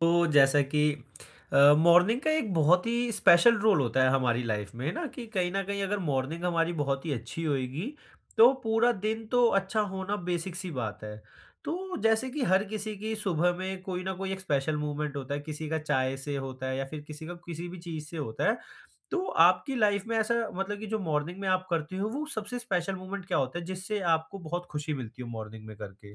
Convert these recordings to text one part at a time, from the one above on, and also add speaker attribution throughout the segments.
Speaker 1: तो जैसा कि मॉर्निंग का एक बहुत ही स्पेशल रोल होता है हमारी लाइफ में ना कि कहीं न कहीं अगर मॉर्निंग हमारी बहुत ही अच्छी होएगी, तो पूरा दिन तो अच्छा होना बेसिक सी बात है। तो जैसे कि हर किसी की सुबह में कोई न कोई एक स्पेशल मूवमेंट होता है, किसी का चाय से होता है या फिर किसी का किसी भी चीज़ से होता है। तो आपकी लाइफ में ऐसा मतलब कि जो मॉर्निंग में आप करते हो वो सबसे स्पेशल मूवमेंट क्या होता है जिससे आपको बहुत खुशी मिलती हो मॉर्निंग में करके?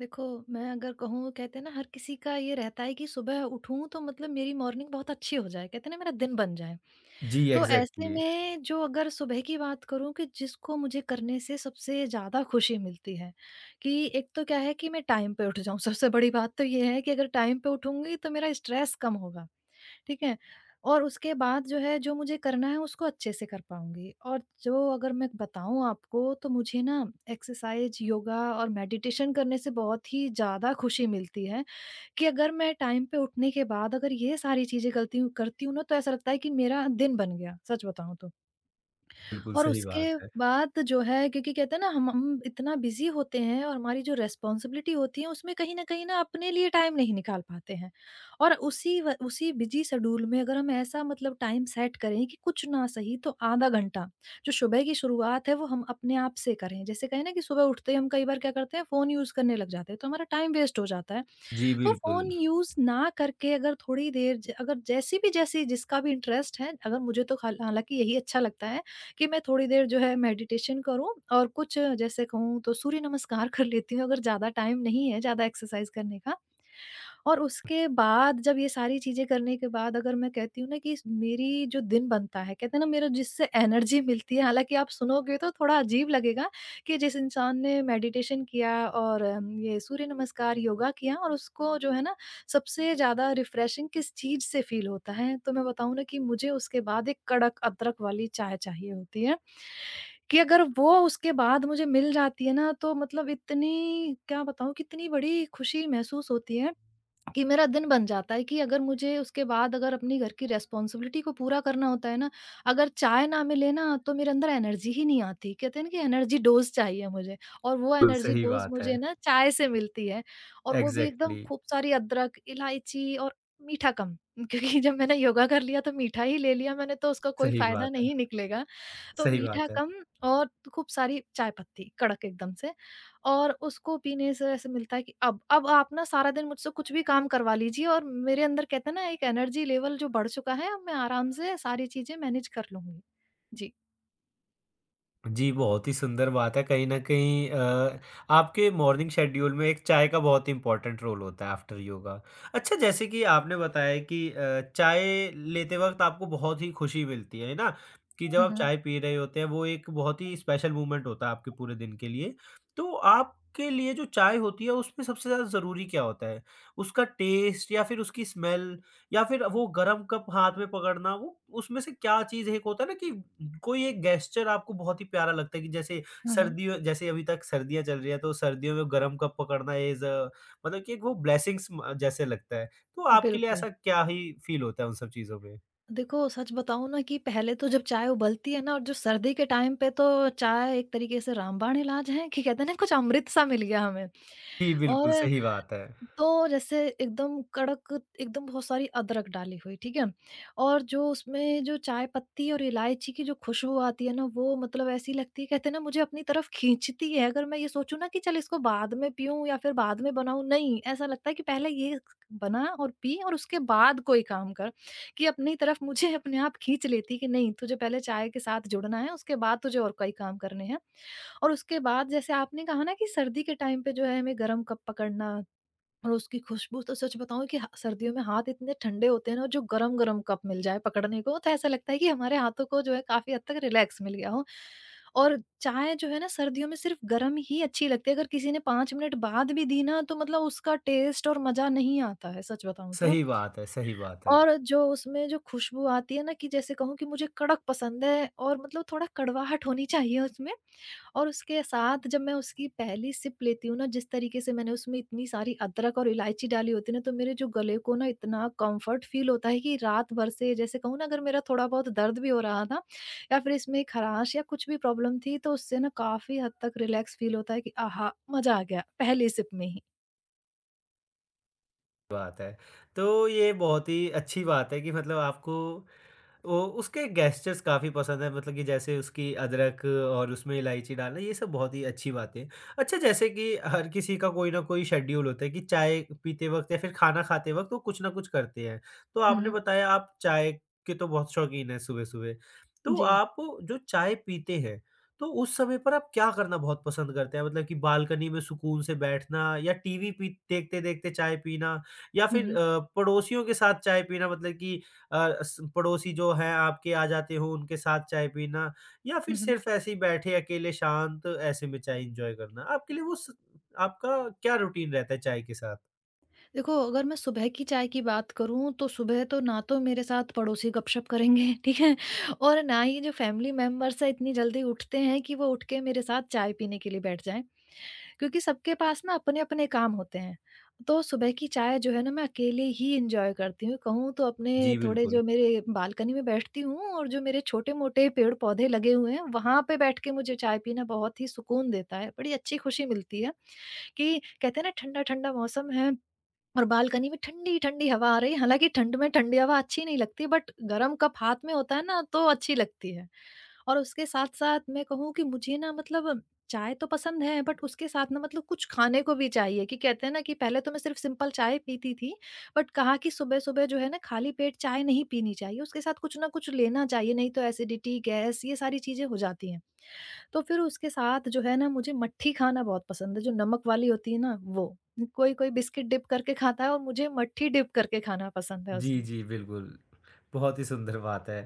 Speaker 2: देखो, मैं अगर कहूँ कहते हैं ना हर किसी का ये रहता है कि सुबह उठूँ तो मतलब मेरी मॉर्निंग बहुत अच्छी हो जाए, कहते हैं ना मेरा दिन बन जाए।
Speaker 1: जी,
Speaker 2: तो ऐसे
Speaker 1: एग्ज़ैक्टली।
Speaker 2: में जो अगर सुबह की बात करूँ कि जिसको मुझे करने से सबसे ज़्यादा खुशी मिलती है, कि एक तो क्या है कि मैं टाइम पे उठ जाऊँ, सबसे बड़ी बात तो ये है कि अगर टाइम पे उठूँगी तो मेरा स्ट्रेस कम होगा। ठीक है? और उसके बाद जो है, जो मुझे करना है उसको अच्छे से कर पाऊँगी, और जो अगर मैं बताऊँ आपको तो मुझे ना एक्सरसाइज़, योगा और मेडिटेशन करने से बहुत ही ज़्यादा खुशी मिलती है कि अगर मैं टाइम पे उठने के बाद अगर ये सारी चीज़ें गलती हूँ करती हूँ ना, तो ऐसा लगता है कि मेरा दिन बन गया, सच बताऊँ तो।
Speaker 1: बिल्कुल
Speaker 2: और
Speaker 1: सही बात
Speaker 2: उसके
Speaker 1: है।
Speaker 2: बाद जो है, क्योंकि कहते हैं ना हम इतना बिजी होते हैं और हमारी जो रिस्पॉन्सिबिलिटी होती है उसमें कहीं ना अपने लिए टाइम नहीं निकाल पाते हैं। और उसी उसी बिजी शेड्यूल में अगर हम ऐसा मतलब टाइम सेट करें कि कुछ ना सही तो आधा घंटा जो सुबह की शुरुआत है वो हम अपने आप से करें, जैसे कहें ना कि सुबह उठते ही हम कई बार क्या करते हैं, फोन यूज करने लग जाते हैं, तो हमारा टाइम वेस्ट हो जाता है।
Speaker 1: जी,
Speaker 2: तो
Speaker 1: बिल्कुल।
Speaker 2: फ़ोन यूज़ ना करके अगर थोड़ी देर ज अगर जैसी जिसका भी इंटरेस्ट है, अगर मुझे तो हालाँकि यही अच्छा लगता है कि मैं थोड़ी देर जो है मेडिटेशन करूँ और कुछ जैसे कहूँ तो सूर्य नमस्कार कर लेती हूँ, अगर ज़्यादा टाइम नहीं है, ज़्यादा एक्सरसाइज़ करने का। और उसके बाद जब ये सारी चीज़ें करने के बाद अगर मैं कहती हूँ ना कि इस मेरी जो दिन बनता है, कहते हैं ना मेरा जिससे एनर्जी मिलती है, हालाँकि आप सुनोगे तो थोड़ा अजीब लगेगा कि जिस इंसान ने मेडिटेशन किया और ये सूर्य नमस्कार, योगा किया और उसको जो है ना सबसे ज़्यादा रिफ्रेशिंग किस चीज़ से फ़ील होता है, तो मैं बताऊँ ना कि मुझे उसके बाद एक कड़क अदरक वाली चाय चाहिए होती है, कि अगर वो उसके बाद मुझे मिल जाती है ना, तो मतलब इतनी क्या बताऊँ कितनी बड़ी खुशी महसूस होती है। कि मेरा दिन बन जाता है कि अगर मुझे उसके बाद अगर अपनी घर की रिस्पॉन्सिबिलिटी को पूरा करना होता है ना, अगर चाय ना मिले ना तो मेरे अंदर एनर्जी ही नहीं आती। कहते हैं ना कि एनर्जी डोज़ चाहिए मुझे, और वो
Speaker 1: बिल्कुल,
Speaker 2: एनर्जी
Speaker 1: सही
Speaker 2: डोज़
Speaker 1: बात है।
Speaker 2: मुझे ना चाय से मिलती है। और वो भी एकदम
Speaker 1: एग्ज़ैक्टली।
Speaker 2: खूब सारी अदरक, इलायची और मीठा कम। क्योंकि जब मैंने योगा कर लिया तो मीठा ही ले लिया मैंने तो उसका कोई
Speaker 1: सही
Speaker 2: फ़ायदा
Speaker 1: बात है,
Speaker 2: नहीं निकलेगा। तो
Speaker 1: सही
Speaker 2: मीठा
Speaker 1: बात है।
Speaker 2: कम और खूब सारी चाय पत्ती, कड़क एकदम से। और उसको पीने से ऐसे मिलता है कि अब आप ना सारा दिन मुझसे कुछ भी काम करवा लीजिए, और मेरे अंदर कहते हैं ना एक एनर्जी लेवल जो बढ़ चुका है, अब मैं आराम से सारी चीज़ें मैनेज कर लूँगी। जी।
Speaker 1: जी, बहुत ही सुंदर बात है। कहीं न कहीं आपके मॉर्निंग शेड्यूल में एक चाय का बहुत ही इम्पोर्टेंट रोल होता है आफ्टर योगा। अच्छा जैसे कि आपने बताया कि चाय लेते वक़्त आपको बहुत ही खुशी मिलती है ना? कि जब
Speaker 2: हुँ,
Speaker 1: आप
Speaker 2: हुँ।
Speaker 1: चाय पी रहे होते हैं वो एक बहुत ही स्पेशल मोमेंट होता है आपके पूरे दिन के लिए। तो आपके लिए जो चाय होती है उसमें सबसे ज़्यादा ज़रूरी क्या होता है? उसका टेस्ट या फिर उसकी स्मेल या फिर वो गरम कप हाथ में पकड़ना वो उसमें से क्या चीज़ एक होता है ना कि कोई एक गेस्चर आपको बहुत ही प्यारा लगता है कि जैसे
Speaker 2: हुँ, हुँ।
Speaker 1: सर्दियों जैसे अभी तक सर्दियाँ चल रही है तो सर्दियों में गर्म कप पकड़ना मतलब कि एक वो ब्लेसिंग्स म जैसे लगता है। तो आपके लिए
Speaker 2: बिल्कुल।
Speaker 1: ऐसा क्या ही फ़ील होता है उन सब चीज़ों में?
Speaker 2: देखो, सच बताऊँ ना कि पहले तो जब चाय उबलती है ना और जो सर्दी के टाइम पे, तो चाय एक तरीके से रामबाण इलाज है कि कहते हैं ना कुछ अमृत सा मिल गया हमें।
Speaker 1: जी, बिल्कुल
Speaker 2: और
Speaker 1: सही बात है।
Speaker 2: तो जैसे एकदम कड़क, एकदम बहुत सारी अदरक डाली हुई, ठीक है? और जो उसमें जो चाय पत्ती और इलायची की जो खुशबू आती है ना, वो मतलब ऐसी लगती है कहते हैं ना मुझे अपनी तरफ खींचती है। अगर मैं ये सोचूँ ना कि चल इसको बाद में पीऊँ या फिर बाद में बनाऊँ, नहीं, ऐसा लगता है कि पहले ये बना और पी और उसके बाद कोई काम कर, कि अपनी तरफ मुझे अपने आप खींच लेती है कि नहीं, तुझे पहले चाय के साथ जुड़ना है, उसके बाद तुझे और कई काम करने हैं। और उसके बाद जैसे आपने कहा ना कि सर्दी के टाइम पे जो है हमें गरम कप पकड़ना और उसकी खुशबू, तो सच बताऊँ कि ह सर्दियों में हाथ इतने ठंडे होते हैं ना, और जो गरम-गरम कप मिल जाए पकड़ने को, तो ऐसा लगता है कि हमारे हाथों को जो है काफ़ी हद तक रिलैक्स मिल गया हो। और चाय जो है ना सर्दियों में सिर्फ़ गरम ही अच्छी लगती है, अगर किसी ने 5 मिनट बाद भी दी ना, तो मतलब उसका टेस्ट और मज़ा नहीं आता है, सच बताऊँ तो।
Speaker 1: सही बात है,
Speaker 2: और जो उसमें जो खुशबू आती है ना, कि जैसे कहूँ कि मुझे कड़क पसंद है और मतलब थोड़ा कड़वाहट होनी चाहिए उसमें, और उसके साथ जब मैं उसकी पहली सिप लेती हूँ ना, जिस तरीके से मैंने उसमें इतनी सारी अदरक और इलायची डाली होती है ना, तो मेरे जो गले को ना इतना कम्फर्ट फ़ील होता है कि रात भर से जैसे कहूँ ना अगर मेरा थोड़ा बहुत दर्द भी हो रहा था या फिर इसमें एक खराश या कुछ भी प्रॉब्लम थी, तो उससे ना काफ़ी हद तक रिलैक्स फ़ील होता है कि आहा! मज़ा आ गया, पहली सिप में ही।
Speaker 1: बात है। तो ये बहुत ही अच्छी बात है कि मतलब आपको वो उसके गेस्चर्स काफ़ी पसंद है मतलब कि जैसे उसकी अदरक और उसमें इलायची डालना ये सब बहुत ही अच्छी बातें हैं। अच्छा जैसे कि हर किसी का कोई ना कोई शेड्यूल होता है कि चाय पीते वक़्त या फिर खाना खाते वक़्त वो कुछ ना कुछ करते हैं। तो
Speaker 2: हुँ,
Speaker 1: आपने
Speaker 2: हुँ।
Speaker 1: बताया आप चाय के तो बहुत शौकीन हैं सुबह-सुबह। तो
Speaker 2: जी।
Speaker 1: आप जो चाय पीते हैं, तो उस समय पर आप क्या करना बहुत पसंद करते हैं? मतलब कि बालकनी में सुकून से बैठना या टीवी पी देखते-देखते चाय पीना या
Speaker 2: हुँ,
Speaker 1: फिर
Speaker 2: हुँ।
Speaker 1: पड़ोसियों के साथ चाय पीना मतलब कि अ, स पड़ोसी जो हैं आपके आ जाते हों, उनके साथ चाय पीना या फिर
Speaker 2: हुँ, हुँ।
Speaker 1: सिर्फ़ ऐसे ही बैठे अकेले शांत ऐसे में चाय एन्जॉय करना, आपके लिए वो स आपका क्या रूटीन रहता है चाय के साथ?
Speaker 2: देखो, अगर मैं सुबह की चाय की बात करूँ, तो सुबह तो ना तो मेरे साथ पड़ोसी गपशप करेंगे, ठीक है? और ना ही जो फैमिली मेंबर्स हैं, इतनी जल्दी उठते हैं कि वो उठ के मेरे साथ चाय पीने के लिए बैठ जाएँ, क्योंकि सबके पास ना अपने-अपने काम होते हैं। तो सुबह की चाय जो है ना, मैं अकेले ही एन्जॉय करती हूँ। कहूँ तो अपने
Speaker 1: जी,
Speaker 2: थोड़े
Speaker 1: बिल्कुल।
Speaker 2: जो मेरे बालकनी में बैठती हूँ और जो मेरे छोटे-मोटे पेड़-पौधे लगे हुए हैं, वहाँ पे बैठ के मुझे चाय पीना बहुत ही सुकून देता है। बड़ी अच्छी खुशी मिलती है कि कहते हैं ना ठंडा-ठंडा मौसम है और बालकनी में ठंडी-ठंडी हवा आ रही है, हालाँकि ठंड में ठंडी हवा अच्छी नहीं लगती बट गरम कप हाथ में होता है ना तो अच्छी लगती है। और उसके साथ-साथ मैं कहूँ कि मुझे ना मतलब चाय तो पसंद है बट उसके साथ ना मतलब कुछ खाने को भी चाहिए कि कहते हैं ना कि पहले तो मैं सिर्फ़ सिंपल चाय पीती थी, बट कहा कि सुबह-सुबह जो है ना खाली पेट चाय नहीं पीनी चाहिए, उसके साथ कुछ ना कुछ लेना चाहिए, नहीं तो एसिडिटी, गैस ये सारी चीज़ें हो जाती हैं। तो फिर उसके साथ जो है ना मुझे मट्ठी खाना बहुत पसंद है, जो नमक वाली होती है ना वो। कोई कोई बिस्किट डिप करके खाता है और मुझे मट्ठी डिप करके खाना पसंद है
Speaker 1: जी,
Speaker 2: उसमें।
Speaker 1: जी, बिल्कुल। बहुत ही सुंदर बात है।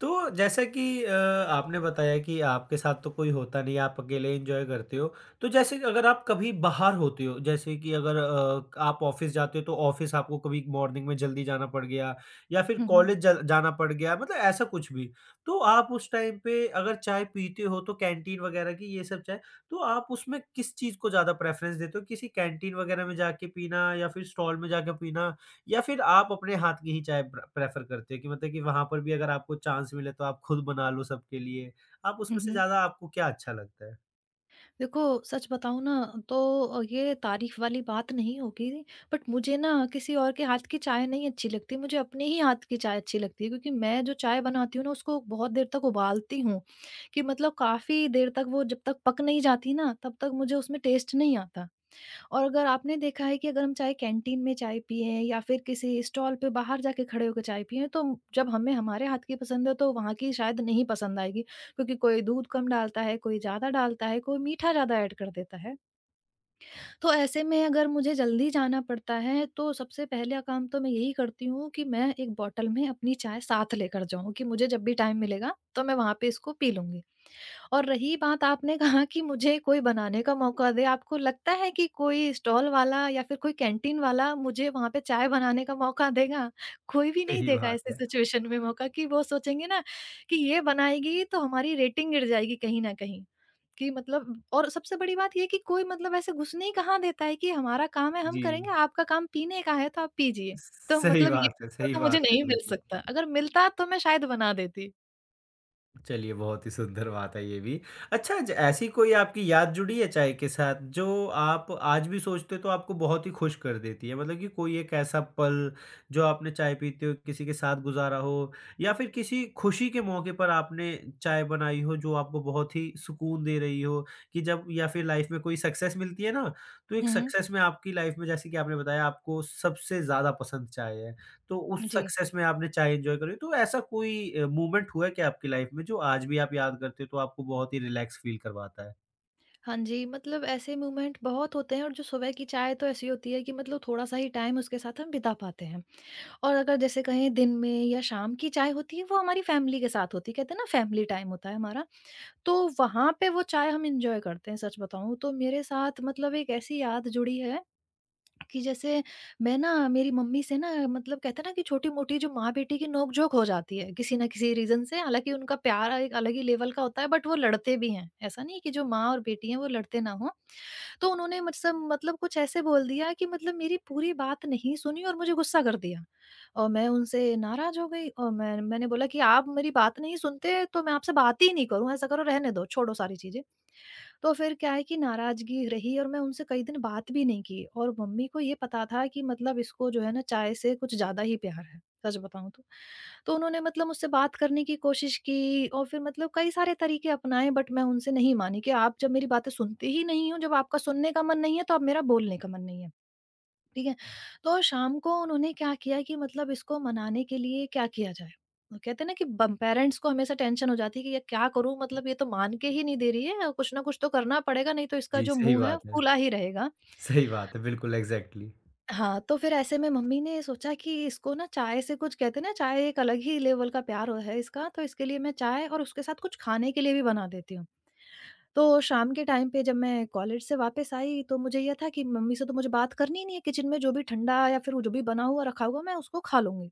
Speaker 1: तो जैसा कि आपने बताया कि आपके साथ तो कोई होता नहीं है, आप अकेले एन्जॉय करते हो। तो जैसे कि अगर आप कभी बाहर होते हो, जैसे कि अगर आप ऑफ़िस जाते हो तो ऑफ़िस आपको कभी मॉर्निंग में जल्दी जाना पड़ गया या फिर
Speaker 2: हुँ, हुँ।
Speaker 1: कॉलेज ज जाना पड़ गया, मतलब ऐसा कुछ भी। तो आप उस टाइम पे अगर चाय पीते हो तो कैंटीन वग़ैरह की ये सब चाय, तो आप उसमें किस चीज़ को ज़्यादा प्रेफ़रेंस देते हो? किसी कैंटीन वग़ैरह में जाके पीना या फिर स्टॉल में जाके पीना या फिर आप अपने हाथ की ही चाय प्रेफ़र करते हो कि मतलब कि वहाँ पर भी अगर आपको चांस मिले तो आप खुद बना लो सबके लिए, आप
Speaker 2: हुँ,
Speaker 1: उसमें से
Speaker 2: हुँ।
Speaker 1: ज़्यादा आपको क्या अच्छा लगता है?
Speaker 2: देखो, सच बताऊँ ना तो ये तारीफ़ वाली बात नहीं होगी, बट मुझे ना किसी और के हाथ की चाय नहीं अच्छी लगती, मुझे अपने ही हाथ की चाय अच्छी लगती है, क्योंकि मैं जो चाय बनाती हूँ ना उसको बहुत देर तक उबालती हूँ, कि मतलब काफ़ी देर तक वो जब तक पक नहीं जाती ना तब तक मुझे उसमें टेस्ट नहीं आता। और अगर आपने देखा है कि अगर हम चाहे कैंटीन में चाय पिए हैं या फिर किसी स्टॉल पे बाहर जाके खड़े होकर चाय पिए हैं, तो जब हमें हमारे हाथ की पसंद है तो वहाँ की शायद नहीं पसंद आएगी, क्योंकि कोई दूध कम डालता है, कोई ज़्यादा डालता है, कोई मीठा ज़्यादा ऐड कर देता है। तो ऐसे में अगर मुझे जल्दी जाना पड़ता है तो सबसे पहला काम तो मैं यही करती हूँ कि मैं एक बॉटल में अपनी चाय साथ लेकर जाऊँ कि मुझे जब भी टाइम मिलेगा तो मैं वहाँ पे इसको पी लूँगी। और रही बात आपने कहा कि मुझे कोई बनाने का मौका दे, आपको लगता है कि कोई स्टॉल वाला या फिर कोई कैंटीन वाला मुझे वहाँ पे चाय बनाने का मौका देगा? कोई भी नहीं
Speaker 1: सही
Speaker 2: देगा
Speaker 1: बात
Speaker 2: ऐसी
Speaker 1: है।
Speaker 2: सिचुएशन में मौका कि वो सोचेंगे ना कि ये बनाएगी तो हमारी रेटिंग गिर जाएगी कहीं न कहीं। कि मतलब और सबसे बड़ी बात ये है कि कोई मतलब ऐसे घुसने ही कहाँ देता है कि हमारा काम है हम
Speaker 1: जी।
Speaker 2: करेंगे, आपका काम पीने का है तो आप पीजिए। तो मतलब ये
Speaker 1: सही
Speaker 2: मौका मुझे
Speaker 1: बात है,
Speaker 2: नहीं मिल
Speaker 1: बिल्कुल।
Speaker 2: सकता, अगर मिलता तो मैं शायद बना देती।
Speaker 1: चलिए, बहुत ही सुंदर बात है ये भी। अच्छा ज ऐसी कोई आपकी याद जुड़ी है चाय के साथ जो आप आज भी सोचते हो तो आपको बहुत ही खुश कर देती है? मतलब कि कोई एक ऐसा पल जो आपने चाय पीते हुए किसी के साथ गुज़ारा हो या फिर किसी खुशी के मौके पर आपने चाय बनाई हो जो आपको बहुत ही सुकून दे रही हो कि जब या फिर लाइफ़ में कोई सक्सेस मिलती है ना, तो एक
Speaker 2: हुँ, हुँ।
Speaker 1: सक्सेस में आपकी लाइफ़ में जैसे कि आपने बताया आपको सबसे ज़्यादा पसंद चाय है। तो उस
Speaker 2: जी।
Speaker 1: सक्सेस में आपने चाय एन्जॉय करी। तो ऐसा कोई मोमेंट हुआ है क्या आपकी लाइफ में जो आज भी आप याद करते हो तो आपको बहुत ही रिलैक्स फील करवाता है?
Speaker 2: हाँ जी, मतलब ऐसे मूवमेंट बहुत होते हैं और जो सुबह की चाय तो ऐसी होती है कि मतलब थोड़ा-सा ही टाइम उसके साथ हम बिता पाते हैं। और अगर जैसे कहें दिन में या शाम की चाय होती है, वो हमारी फैमिली के साथ होती है, कहते हैं ना फैमिली टाइम होता है हमारा, तो वहाँ पे वो चाय हम एन्जॉय करते हैं, सच बताऊँ तो। मेरे साथ मतलब एक ऐसी याद जुड़ी है कि जैसे मैं ना मेरी मम्मी से ना मतलब कहते हैं ना कि छोटी-मोटी जो माँ-बेटी की नोक-झोंक हो जाती है, किसी ना किसी रीज़न से। हालाँकि उनका प्यार एक अलग ही लेवल का होता है बट वो लड़ते भी हैं। ऐसा नहीं है कि जो माँ और बेटी हैं वो लड़ते ना हों। तो उन्होंने मुझसे मतलब कुछ ऐसे बोल दिया कि मतलब मेरी पूरी बात नहीं सुनी और मुझे गुस्सा कर दिया। और मैं उनसे नाराज़ हो गई और मैंने बोला कि आप मेरी बात नहीं सुनते तो मैं आपसे बात ही नहीं करूँ, ऐसा करो, रहने दो, छोड़ो सारी चीज़ें। तो फिर क्या है कि नाराज़गी रही और मैं उनसे कई दिन बात भी नहीं की, और मम्मी को ये पता था कि मतलब इसको जो है ना चाय से कुछ ज़्यादा ही प्यार है, सच बताऊँ तो। तो उन्होंने मतलब मुझसे बात करने की कोशिश की और फिर मतलब कई सारे तरीके अपनाए, बट मैं उनसे नहीं मानी कि आप जब मेरी बातें सुनते ही नहीं हो, जब आपका सुनने का मन नहीं है तो अब मेरा बोलने का मन नहीं है। ठीक है? तो शाम को उन्होंने क्या किया कि मतलब इसको मनाने के लिए क्या किया जाए? वो कहते हैं ना कि बम पेरेंट्स को हमेशा टेंशन हो जाती है कि ये क्या करूँ, मतलब ये तो मान के ही नहीं दे रही है, कुछ ना कुछ तो करना पड़ेगा, नहीं तो इसका
Speaker 1: जी,
Speaker 2: जो
Speaker 1: सही
Speaker 2: मुँह है
Speaker 1: बात है।
Speaker 2: फूला ही रहेगा।
Speaker 1: सही बात है, बिल्कुल एग्ज़ैक्टली।
Speaker 2: हाँ, तो फिर ऐसे में मम्मी ने सोचा कि इसको ना चाय से कुछ, कहते हैं ना, चाय एक अलग ही लेवल का प्यार है इसका, तो इसके लिए मैं चाय और उसके साथ कुछ खाने के लिए भी बना देती हूँ। तो शाम के टाइम पे जब मैं कॉलेज से वापस आई तो मुझे ये था कि मम्मी से तो मुझे बात करनी ही नहीं है, किचन में जो भी ठंडा या फिर वो जो भी बना हुआ रखा हुआ, मैं उसको खा लूँगी।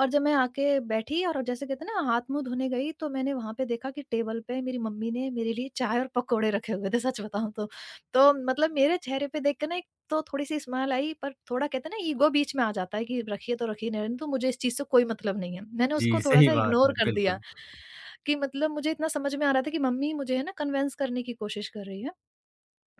Speaker 2: और जब मैं आके बैठी और जैसे कहते हैं ना हाथ-मुँह धोने गई, तो मैंने वहाँ पे देखा कि टेबल पे मेरी मम्मी ने मेरे लिए चाय और पकोड़े रखे हुए थे, सच बताऊँ तो। तो मतलब मेरे चेहरे पे देख के ना एक तो थोड़ी-सी स्माइल आई, पर थोड़ा कहते हैं ना ईगो बीच में आ जाता है कि रखिए तो रखिए, नहीं रखी तो मुझे इस चीज़ से कोई मतलब नहीं है। मैंने
Speaker 1: जी,
Speaker 2: उसको
Speaker 1: सही
Speaker 2: थोड़ा-सा
Speaker 1: बात
Speaker 2: इग्नोर
Speaker 1: है,
Speaker 2: कर दिया
Speaker 1: बिल्कुल।
Speaker 2: कि मतलब मुझे इतना समझ में आ रहा था कि मम्मी मुझे है ना कन्विंस करने की कोशिश कर रही है।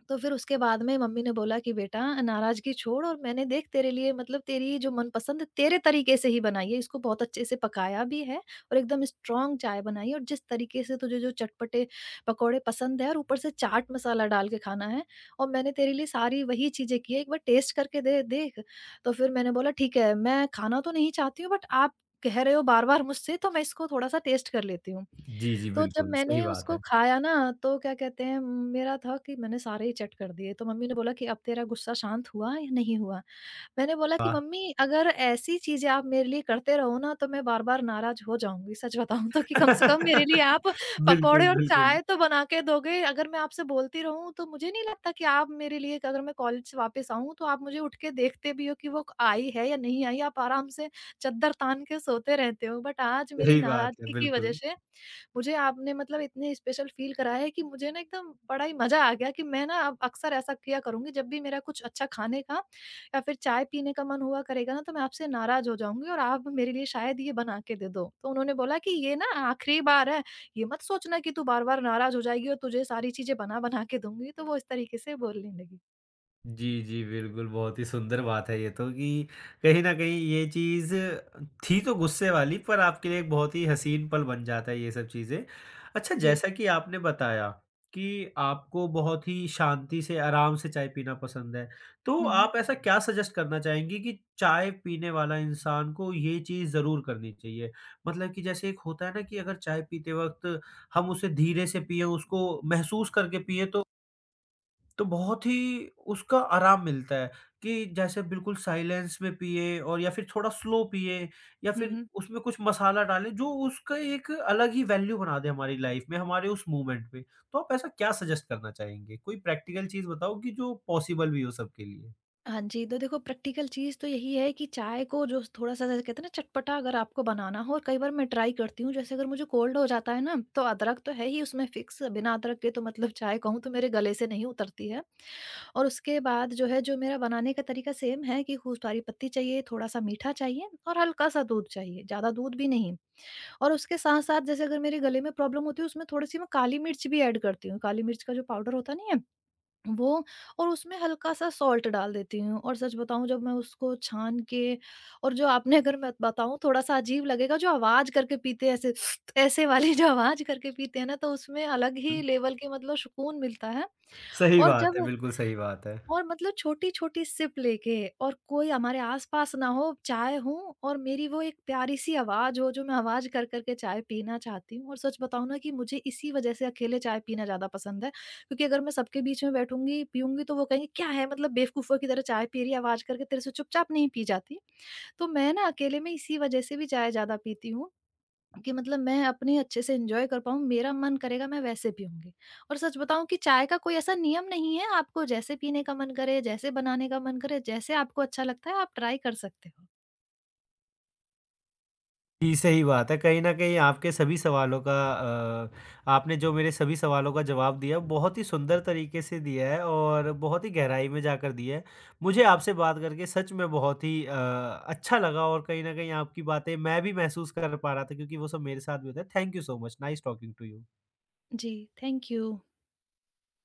Speaker 2: तो फिर उसके बाद में मम्मी ने बोला कि बेटा, नाराज़गी छोड़ और मैंने देख तेरे लिए, मतलब तेरी जो मनपसंद है, तेरे तरीके से ही बनाई है, इसको बहुत अच्छे से पकाया भी है और एकदम स्ट्रॉन्ग चाय बनाई है, और जिस तरीके से तुझे जो चटपटे पकौड़े पसंद है और ऊपर से चाट मसाला डाल के खाना है, और मैंने तेरे लिए सारी वही चीज़ें की है, एक बार टेस्ट करके दे, देख। तो फिर मैंने बोला ठीक है, मैं खाना तो नहीं चाहती हूँ, बट आप कह रहे हो बार-बार मुझसे तो मैं इसको थोड़ा-सा टेस्ट कर लेती हूँ।
Speaker 1: जी, जी,
Speaker 2: तो जब
Speaker 1: बिल्कुल, सही
Speaker 2: मैंने
Speaker 1: बात
Speaker 2: उसको
Speaker 1: है।
Speaker 2: खाया ना तो, क्या कहते हैं, मेरा था कि मैंने सारे ही चट कर दिए। तो मम्मी ने बोला कि अब तेरा गुस्सा शांत हुआ या नहीं हुआ? मैंने बोला कि
Speaker 1: वाह!
Speaker 2: मम्मी, अगर ऐसी चीज़ें आप मेरे लिए करते रहो ना तो मैं बार-बार नाराज़ हो जाऊँगी, सच बताऊँ तो, कि कम से कम मेरे लिए आप
Speaker 1: बिल्कुल,
Speaker 2: पकौड़े और
Speaker 1: बिल्कुल,
Speaker 2: चाय तो बना के दोगे। अगर मैं आपसे बोलती रहूँ तो मुझे नहीं लगता कि आप मेरे लिए, अगर मैं कॉलेज से वापस आऊँ तो आप मुझे उठ के देखते भी हो कि वो आई है या नहीं आई, आप आराम से चद्दर तान के सोते रहते हो। बट आज मेरी
Speaker 1: सही बात है,
Speaker 2: नाराज़गी की वज़ह
Speaker 1: बिल्कुल।
Speaker 2: से मुझे आपने मतलब इतने स्पेशल फ़ील कराया है कि मुझे ना एकदम बड़ा ही मज़ा आ गया, कि मैं ना अब अक्सर ऐसा किया करूँगी, जब भी मेरा कुछ अच्छा खाने का या फिर चाय पीने का मन हुआ करेगा ना, तो मैं आपसे नाराज़ हो जाऊँगी और आप मेरे लिए शायद ये बना के दे दो। तो उन्होंने बोला कि ये ना आखिरी बार है, ये मत सोचना कि तू बार-बार नाराज़ हो जाएगी और तुझे सारी चीज़ें बना-बना के दूँगी। तो वो इस तरीके से बोलने लगी।
Speaker 1: जी, जी, बिल्कुल, बहुत ही सुंदर बात है ये तो कि कहीं न कहीं ये चीज़ थी तो गुस्से वाली पर आपके लिए एक बहुत ही हसीन पल बन जाता है ये सब चीज़ें। अच्छा
Speaker 2: जी।
Speaker 1: जैसा कि आपने बताया कि आपको बहुत ही शांति से, आराम से चाय पीना पसंद है, तो
Speaker 2: हुँ, हुँ।
Speaker 1: आप ऐसा क्या सजेस्ट करना चाहेंगी कि चाय पीने वाला इंसान को ये चीज़ ज़रूर करनी चाहिए? मतलब कि जैसे एक होता है ना कि अगर चाय पीते वक़्त हम उसे धीरे से पिएँ, उसको महसूस करके पिएँ तो बहुत ही उसका आराम मिलता है कि जैसे बिल्कुल साइलेंस में पिए और या फिर थोड़ा स्लो पिए या
Speaker 2: हुँ,
Speaker 1: फिर
Speaker 2: हुँ।
Speaker 1: उसमें कुछ मसाला डालें जो उसका एक अलग ही वैल्यू बना दे हमारी लाइफ में, हमारे उस मोमेंट में। तो आप ऐसा क्या सजेस्ट करना चाहेंगे? कोई प्रैक्टिकल चीज़ बताओ कि जो पॉसिबल भी हो सबके लिए।
Speaker 2: हाँ जी, तो देखो प्रैक्टिकल चीज़ तो यही है कि चाय को जो थोड़ा-सा, जैसे कहते हैं ना, चटपटा अगर आपको बनाना हो, और कई बार मैं ट्राई करती हूँ, जैसे अगर मुझे कोल्ड हो जाता है ना, तो अदरक तो है ही उसमें फ़िक्स, बिना अदरक के तो मतलब चाय कहूँ तो मेरे गले से नहीं उतरती है। और उसके बाद जो है, जो मेरा बनाने का तरीका सेम है, कि खूब सारी पत्ती चाहिए, थोड़ा-सा मीठा चाहिए और हल्का-सा दूध चाहिए, ज़्यादा दूध भी नहीं। और उसके साथ-साथ, जैसे अगर मेरे गले में प्रॉब्लम होती है, उसमें थोड़ी-सी मैं काली मिर्च भी ऐड करती हूँ। काली मिर्च का जो पाउडर होता नहीं है वो, और उसमें हल्का-सा सॉल्ट डाल देती हूँ। और सच बताऊँ, जब मैं उसको छान के, और जो आपने, अगर मैं बताऊँ थोड़ा-सा अजीब लगेगा, जो आवाज़ करके पीते हैं ऐसे ऐसे वाली जो आवाज़ करके पीते हैं ना, तो उसमें अलग ही लेवल के मतलब सुकून मिलता है।
Speaker 1: सही
Speaker 2: और
Speaker 1: बात है,
Speaker 2: जब
Speaker 1: बिल्कुल सही बात है।
Speaker 2: और मतलब छोटी-छोटी सिप लेके, और कोई हमारे आस-पास ना हो, चाय हो और मेरी वो एक प्यारी-सी आवाज़ हो, जो मैं आवाज़ कर कर के चाय पीना चाहती हूँ, और सच बताऊँ ना कि मुझे इसी वज़ह से अकेले चाय पीना ज़्यादा पसंद है, क्योंकि अगर मैं सबके बीच में बैठूँगी, पीऊँगी तो वो कहेंगे, "क्या है मतलब, बेवकूफ़ों की तरह चाय पी रही है, आवाज़ करके, तेरे से चुपचाप नहीं पी जाती?" तो मैं ना अकेले में इसी वज़ह से भी चाय ज़्यादा पीती हूँ कि मतलब मैं अपनी अच्छे से एंजॉय कर पाऊँ, मेरा मन करेगा मैं वैसे पीऊँगी। और सच बताऊँ कि चाय का कोई ऐसा नियम नहीं है, आपको जैसे पीने का मन करे, जैसे बनाने का मन करे, जैसे आपको अच्छा लगता है आप ट्राई कर सकते हो।
Speaker 1: जी, सही बात है। कहीं न कहीं आपके सभी सवालों का अ, आपने जो मेरे सभी सवालों का जवाब दिया, बहुत ही सुंदर तरीके से दिया है और बहुत ही गहराई में जाकर दिया है। मुझे आपसे बात करके सच में बहुत ही अच्छा लगा और कहीं न कहीं आपकी बातें मैं भी महसूस कर पा रहा था क्योंकि वो सब मेरे साथ भी होता है। Thank you so much. Nice talking to you.
Speaker 2: जी, थैंक यू।